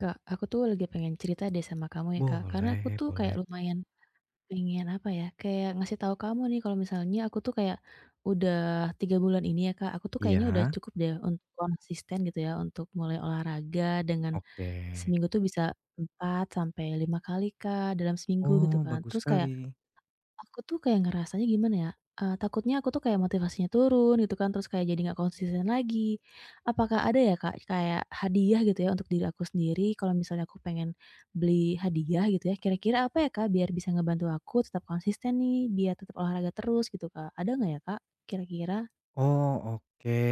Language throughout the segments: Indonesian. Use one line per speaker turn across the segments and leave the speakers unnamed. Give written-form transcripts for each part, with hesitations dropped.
Kak, aku tuh lagi pengen cerita deh sama kamu ya, Kak, karena aku
Boleh
tuh kayak
boleh.
lumayan pengen apa ya, kayak ngasih tahu kamu nih kalau misalnya aku tuh kayak udah 3 bulan ini ya, Kak. Aku tuh kayaknya udah
Iya.
cukup deh untuk konsisten gitu ya, untuk mulai olahraga dengan
Oke.
seminggu tuh bisa 4 sampai 5 kali, Kak, dalam seminggu gitu
Oh,
kan.
bagus
Terus kayak
sekali.
aku tuh kayak ngerasanya gimana ya, takutnya aku tuh kayak motivasinya turun gitu kan, terus kayak jadi nggak konsisten lagi. Apakah ada ya, Kak, kayak hadiah gitu ya untuk diri aku sendiri kalau misalnya aku pengen beli hadiah gitu ya, kira-kira apa ya, Kak, biar bisa ngebantu aku tetap konsisten nih, biar tetap olahraga terus gitu, Kak, ada nggak ya, Kak, kira-kira?
Oh, oke.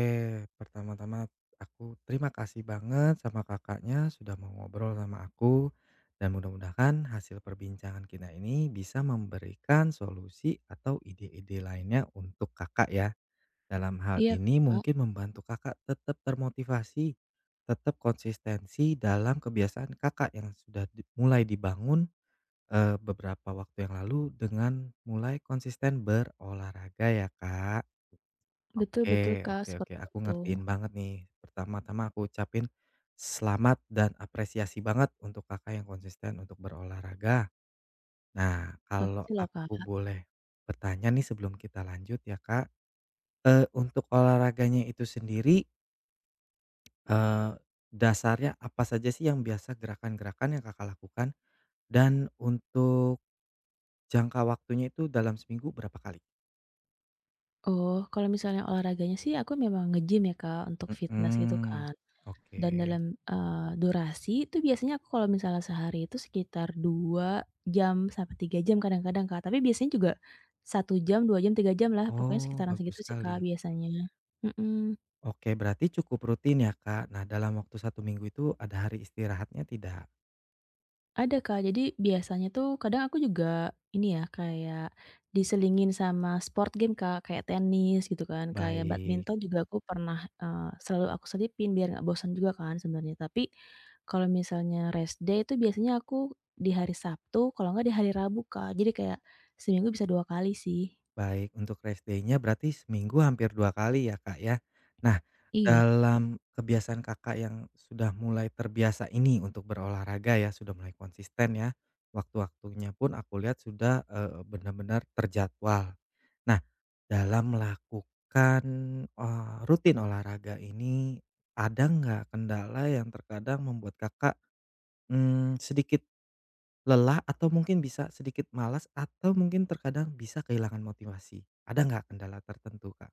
Pertama-tama aku terima kasih banget sama Kakaknya sudah mau ngobrol sama aku dan mudah-mudahan hasil perbincangan kita ini bisa memberikan solusi atau ide-ide lainnya untuk Kakak ya. Dalam hal
Iya,
ini
Kak,
mungkin membantu Kakak tetap termotivasi, tetap konsistensi dalam kebiasaan Kakak yang sudah di mulai dibangun beberapa waktu yang lalu dengan mulai konsisten berolahraga ya, Kak.
betul betul,
Oke
Kak,
oke oke,
seperti
aku
itu.
ngertiin banget nih. Pertama-tama aku ucapin selamat dan apresiasi banget untuk Kakak yang konsisten untuk berolahraga. Nah, kalau
Makasih loh, Kak.
aku boleh bertanya nih sebelum kita lanjut ya, Kak. Untuk olahraganya itu sendiri, eee, dasarnya apa saja sih yang biasa gerakan-gerakan yang Kakak lakukan? Dan untuk jangka waktunya itu dalam seminggu berapa kali?
Oh, kalau misalnya olahraganya sih aku memang nge-gym ya, Kak, untuk fitnes gitu
Mhm,
kan.
oke.
Dan dalam, durasi itu biasanya aku kalau misalnya sehari itu sekitar 2 jam sampai 3 jam kadang-kadang, Kak, tapi biasanya juga 1 jam, 2 jam, 3 jam lah pokoknya
Oh,
sekitaran segitu
bagus
sih,
sekali.
Kak, biasanya. Mhm.
Oke, berarti cukup rutin ya, Kak. Nah, dalam waktu satu minggu itu ada hari istirahatnya tidak?
Ada, Kak. Jadi biasanya tuh kadang aku juga ini ya, kayak diselingin sama sport game, Kak, kayak tenis gitu kan, kayak
Baik
badminton juga aku pernah, selalu aku selipin biar nggak bosan juga kan sebenarnya. Tapi kalau misalnya rest day itu biasanya aku di hari Sabtu, kalau nggak di hari Rabu, Kak. Jadi kayak seminggu bisa 2 kali sih.
baik. Untuk rest day-nya berarti seminggu hampir 2 kali ya, Kak, ya. Nah,
Iya.
dalam kebiasaan Kakak yang sudah mulai terbiasa ini untuk berolahraga ya, sudah mulai konsisten ya, waktu-waktunya pun aku lihat sudah, benar-benar terjadwal. Nah, dalam melakukan, rutin olahraga ini, ada nggak kendala yang terkadang membuat Kakak, sedikit lelah atau mungkin bisa sedikit malas atau mungkin terkadang bisa kehilangan motivasi? Ada nggak kendala tertentu, Kak?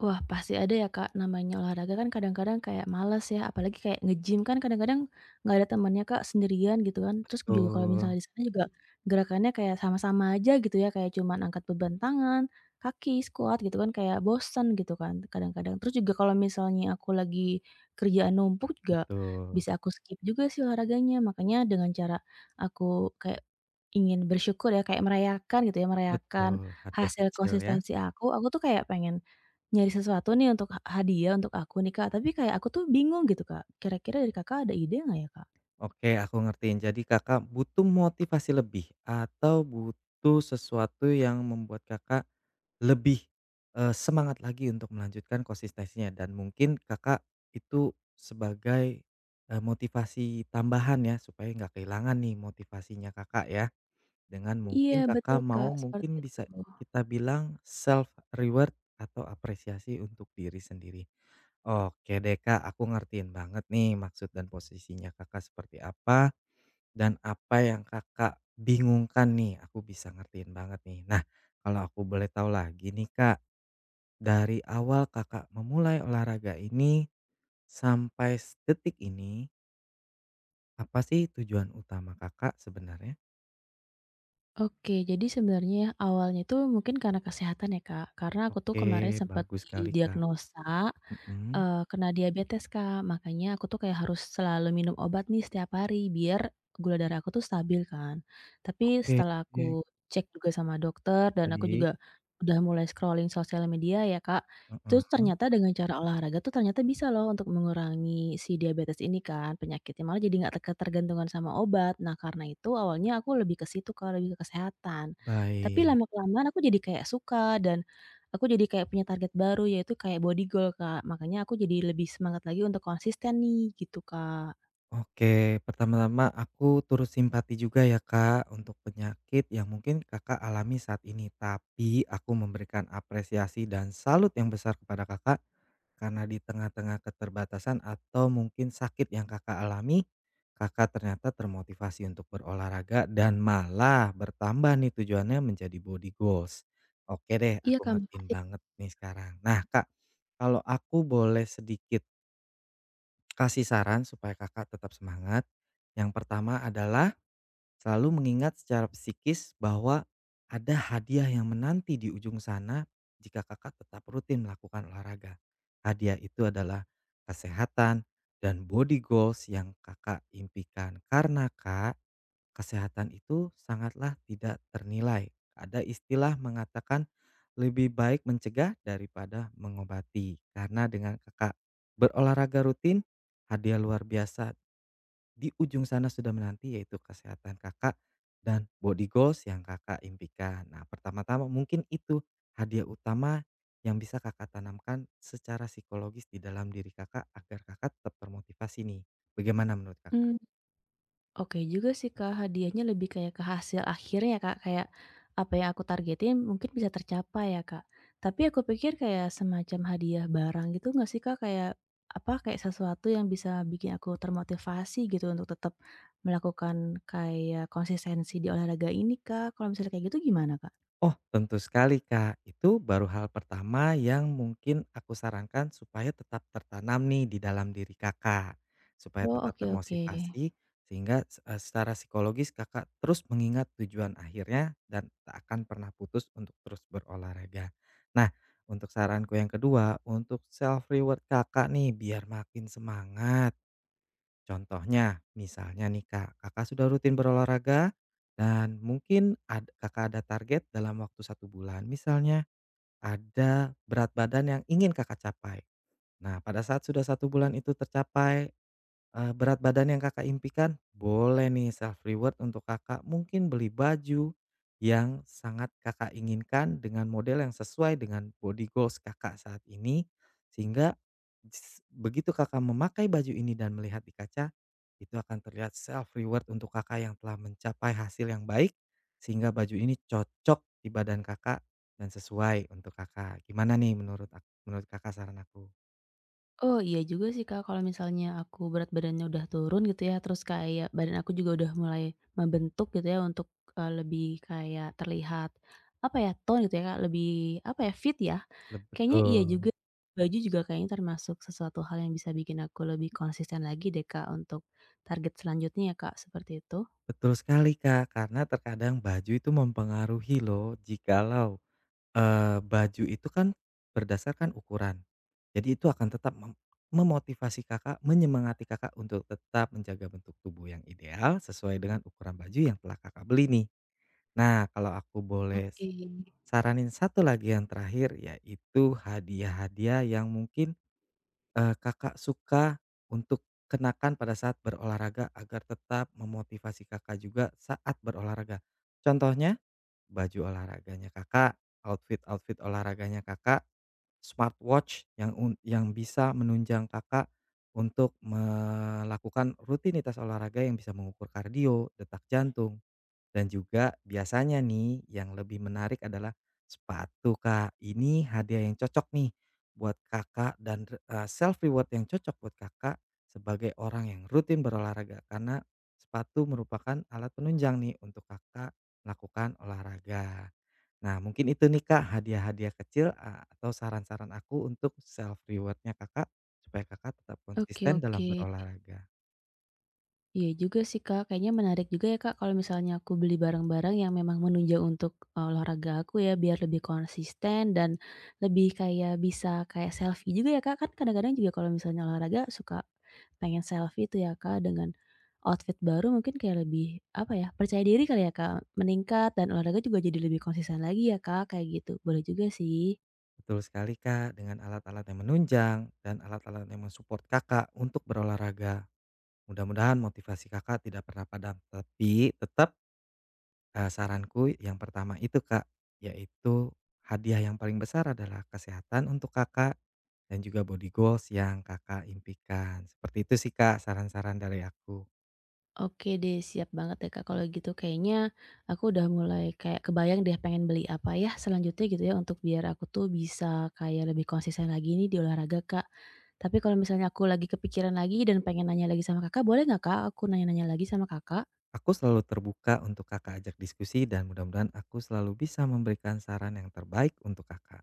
Wah, pasti ada ya, Kak, namanya olahraga kan kadang-kadang kayak males ya, apalagi kayak nge-gym kan kadang-kadang nggak ada temennya, Kak, sendirian gitu kan. Terus juga kalau
Betul
misalnya di sana juga mhm, gerakannya kayak sama-sama aja gitu ya, kayak cuman angkat beban tangan, kaki, squat gitu kan, kayak bosen gitu kan kadang-kadang. Terus juga kalau misalnya aku lagi kerjaan numpuk juga
betul.
bisa aku skip juga sih olahraganya. Makanya dengan cara aku kayak ingin bersyukur ya, kayak merayakan gitu ya, merayakan
Betul, hadiah
hasil
kecil ya.
konsistensi aku tuh kayak pengen nyari sesuatu nih untuk hadiah untuk aku nih, Kak, tapi kayak aku tuh bingung gitu, Kak. Kira-kira dari Kakak ada ide nggak ya, Kak?
Oke, aku ngertiin. Jadi Kakak butuh motivasi lebih atau butuh sesuatu yang membuat Kakak lebih, semangat lagi untuk melanjutkan konsistensinya dan mungkin Kakak itu sebagai, motivasi tambahan ya supaya nggak kehilangan nih motivasinya Kakak ya? Dengan
Iya
mungkin
betul,
Kakak
Kak,
mau
seperti
mungkin
itu.
bisa kita bilang self reward atau apresiasi untuk diri sendiri. Oke deh Kak, aku ngertiin banget nih maksud dan posisinya Kakak seperti apa, dan apa yang Kakak bingungkan nih, aku bisa ngertiin banget nih. Nah, kalau aku boleh tahu lagi nih Kak, dari awal Kakak memulai olahraga ini sampai detik ini, apa sih tujuan utama Kakak sebenarnya?
Oke, jadi sebenarnya ya, awalnya itu mungkin karena kesehatan ya, Kak, karena aku tuh
Oke,
kemarin sempat
bagus sekali Kak,
didiagnosa
mhm.
Kena diabetes, Kak. Makanya aku tuh kayak harus selalu minum obat nih setiap hari biar gula darah aku tuh stabil kan. Tapi
Oke,
setelah aku
baik,
cek juga sama dokter dan aku juga udah mulai scrolling sosial media ya, Kak, itu tuh
heeh,
ternyata dengan cara olahraga tuh ternyata bisa loh untuk mengurangi si diabetes ini kan penyakitnya, malah jadi nggak tergantungan sama obat. Nah, karena itu awalnya aku lebih ke situ, Kak, lebih ke kesehatan. Tapi
baik.
lama-kelamaan aku jadi kayak suka dan aku jadi kayak punya target baru yaitu kayak body goal, Kak. Makanya aku jadi lebih semangat lagi untuk konsisten nih gitu, Kak.
Oke, pertama-tama aku turut simpati juga ya Kak, untuk penyakit yang mungkin Kakak alami saat ini. Tapi aku memberikan apresiasi dan salut yang besar kepada Kakak. Karena di tengah-tengah keterbatasan atau mungkin sakit yang Kakak alami, Kakak ternyata termotivasi untuk berolahraga dan malah bertambah nih tujuannya menjadi body goals. Oke deh,
Iya,
aku
Kak,
ngertiin
makasih.
banget nih sekarang. Nah Kak, kalau aku boleh sedikit kasih saran supaya Kakak tetap semangat, yang pertama adalah selalu mengingat secara psikis bahwa ada hadiah yang menanti di ujung sana jika Kakak tetap rutin melakukan olahraga. Hadiah itu adalah kesehatan dan body goals yang Kakak impikan. Karena Kak, kesehatan itu sangatlah tidak ternilai. Ada istilah mengatakan lebih baik mencegah daripada mengobati. Karena dengan Kakak berolahraga rutin, hadiah luar biasa di ujung sana sudah menanti yaitu kesehatan Kakak dan body goals yang Kakak impikan. Nah, pertama-tama mungkin itu hadiah utama yang bisa Kakak tanamkan secara psikologis di dalam diri Kakak agar Kakak tetap termotivasi nih. Bagaimana menurut Kakak?
Mmm, oke juga sih, Kak, hadiahnya lebih kayak ke hasil akhirnya ya, Kak, kayak apa yang aku targetin mungkin bisa tercapai ya, Kak. Tapi aku pikir kayak semacam hadiah barang gitu nggak sih, Kak? Kayak apa, kayak sesuatu yang bisa bikin aku termotivasi gitu untuk tetap melakukan kayak konsistensi di olahraga ini, Kak. Kalau misalnya kayak gitu gimana, Kak?
Oh, tentu sekali, Kak. Itu baru hal pertama yang mungkin aku sarankan supaya tetap tertanam nih di dalam diri Kakak, supaya
Oh,
tetap
oke oke.
termotivasi sehingga secara psikologis Kakak terus mengingat tujuan akhirnya dan tak akan pernah putus untuk terus berolahraga. Nah, untuk saranku yang kedua, untuk self reward Kakak nih biar makin semangat. Contohnya, misalnya nih Kak, Kakak sudah rutin berolahraga dan mungkin Kakak ada target dalam waktu satu bulan. Misalnya ada berat badan yang ingin Kakak capai. Nah, pada saat sudah satu bulan itu tercapai berat badan yang Kakak impikan, boleh nih self reward untuk Kakak mungkin beli baju yang sangat Kakak inginkan dengan model yang sesuai dengan body goals Kakak saat ini, sehingga begitu Kakak memakai baju ini dan melihat di kaca, itu akan terlihat self reward untuk Kakak yang telah mencapai hasil yang baik, sehingga baju ini cocok di badan Kakak dan sesuai untuk Kakak. Gimana nih menurut menurut Kakak saran aku?
Oh, iya juga sih, Kak, kalau misalnya aku berat badannya udah turun gitu ya, terus kayak badan aku juga udah mulai membentuk gitu ya untuk, lebih kayak terlihat, apa ya, tone gitu ya, Kak, lebih, apa ya, fit ya. Kayaknya iya juga,
Betul.
baju juga kayaknya termasuk sesuatu hal yang bisa bikin aku lebih konsisten lagi deh, Kak, untuk target selanjutnya ya, Kak, seperti itu.
Betul sekali, Kak, karena terkadang baju itu mempengaruhi loh jikalau, baju itu kan berdasarkan ukuran. Jadi itu akan tetap memotivasi Kakak, menyemangati Kakak untuk tetap menjaga bentuk tubuh yang ideal sesuai dengan ukuran baju yang telah Kakak beli nih. Nah, kalau aku boleh
Oke,
saranin satu lagi yang terakhir, yaitu hadiah-hadiah yang mungkin Kakak suka untuk kenakan pada saat berolahraga agar tetap memotivasi Kakak juga saat berolahraga? Contohnya, baju olahraganya Kakak, outfit-outfit olahraganya Kakak, smartwatch yang bisa menunjang Kakak untuk melakukan rutinitas olahraga yang bisa mengukur kardio, detak jantung, dan juga biasanya nih yang lebih menarik adalah sepatu, Kak. Ini hadiah yang cocok nih buat Kakak dan, self reward yang cocok buat Kakak sebagai orang yang rutin berolahraga. Karena sepatu merupakan alat penunjang nih untuk Kakak melakukan olahraga. Nah, mungkin itu nih, Kak, hadiah-hadiah kecil, atau saran-saran aku untuk self rewardnya Kakak supaya Kakak tetap
oke
konsisten dalam
oke.
berolahraga.
Iya juga sih, Kak, kayaknya menarik juga ya, Kak, kalau misalnya aku beli barang-barang yang memang menunjang untuk, olahraga aku ya, biar lebih konsisten dan lebih kayak bisa kayak selfie juga ya, Kak, kan kadang-kadang juga kalau misalnya olahraga suka pengen selfie tuh ya, Kak, dengan outfit baru mungkin kayak lebih, apa ya, percaya diri kali ya, Kak, meningkat dan olahraga juga jadi lebih konsisten lagi ya, Kak, kayak gitu. Boleh juga sih.
Betul sekali Kak, dengan alat-alat yang menunjang dan alat-alat yang mensupport Kakak untuk berolahraga. Mudah-mudahan motivasi Kakak tidak pernah padam. Tapi tetap saranku yang pertama itu Kak, yaitu hadiah yang paling besar adalah kesehatan untuk Kakak dan juga body goals yang Kakak impikan. Seperti itu sih Kak saran-saran dari aku.
Oke deh, siap banget deh, Kak, kalau gitu kayaknya aku udah mulai kayak kebayang deh pengen beli apa ya selanjutnya gitu ya untuk biar aku tuh bisa kayak lebih konsisten lagi nih di olahraga, Kak. Tapi kalau misalnya aku lagi kepikiran lagi dan pengen nanya lagi sama Kakak, boleh nggak, Kak, aku nanya-nanya lagi sama Kakak?
Aku selalu terbuka untuk Kakak ajak diskusi dan mudah-mudahan aku selalu bisa memberikan saran yang terbaik untuk Kakak.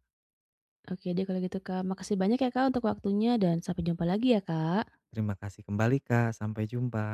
Oke deh kalau gitu, Kak, makasih banyak ya, Kak, untuk waktunya dan sampai jumpa lagi ya, Kak.
Terima kasih kembali Kak, sampai jumpa.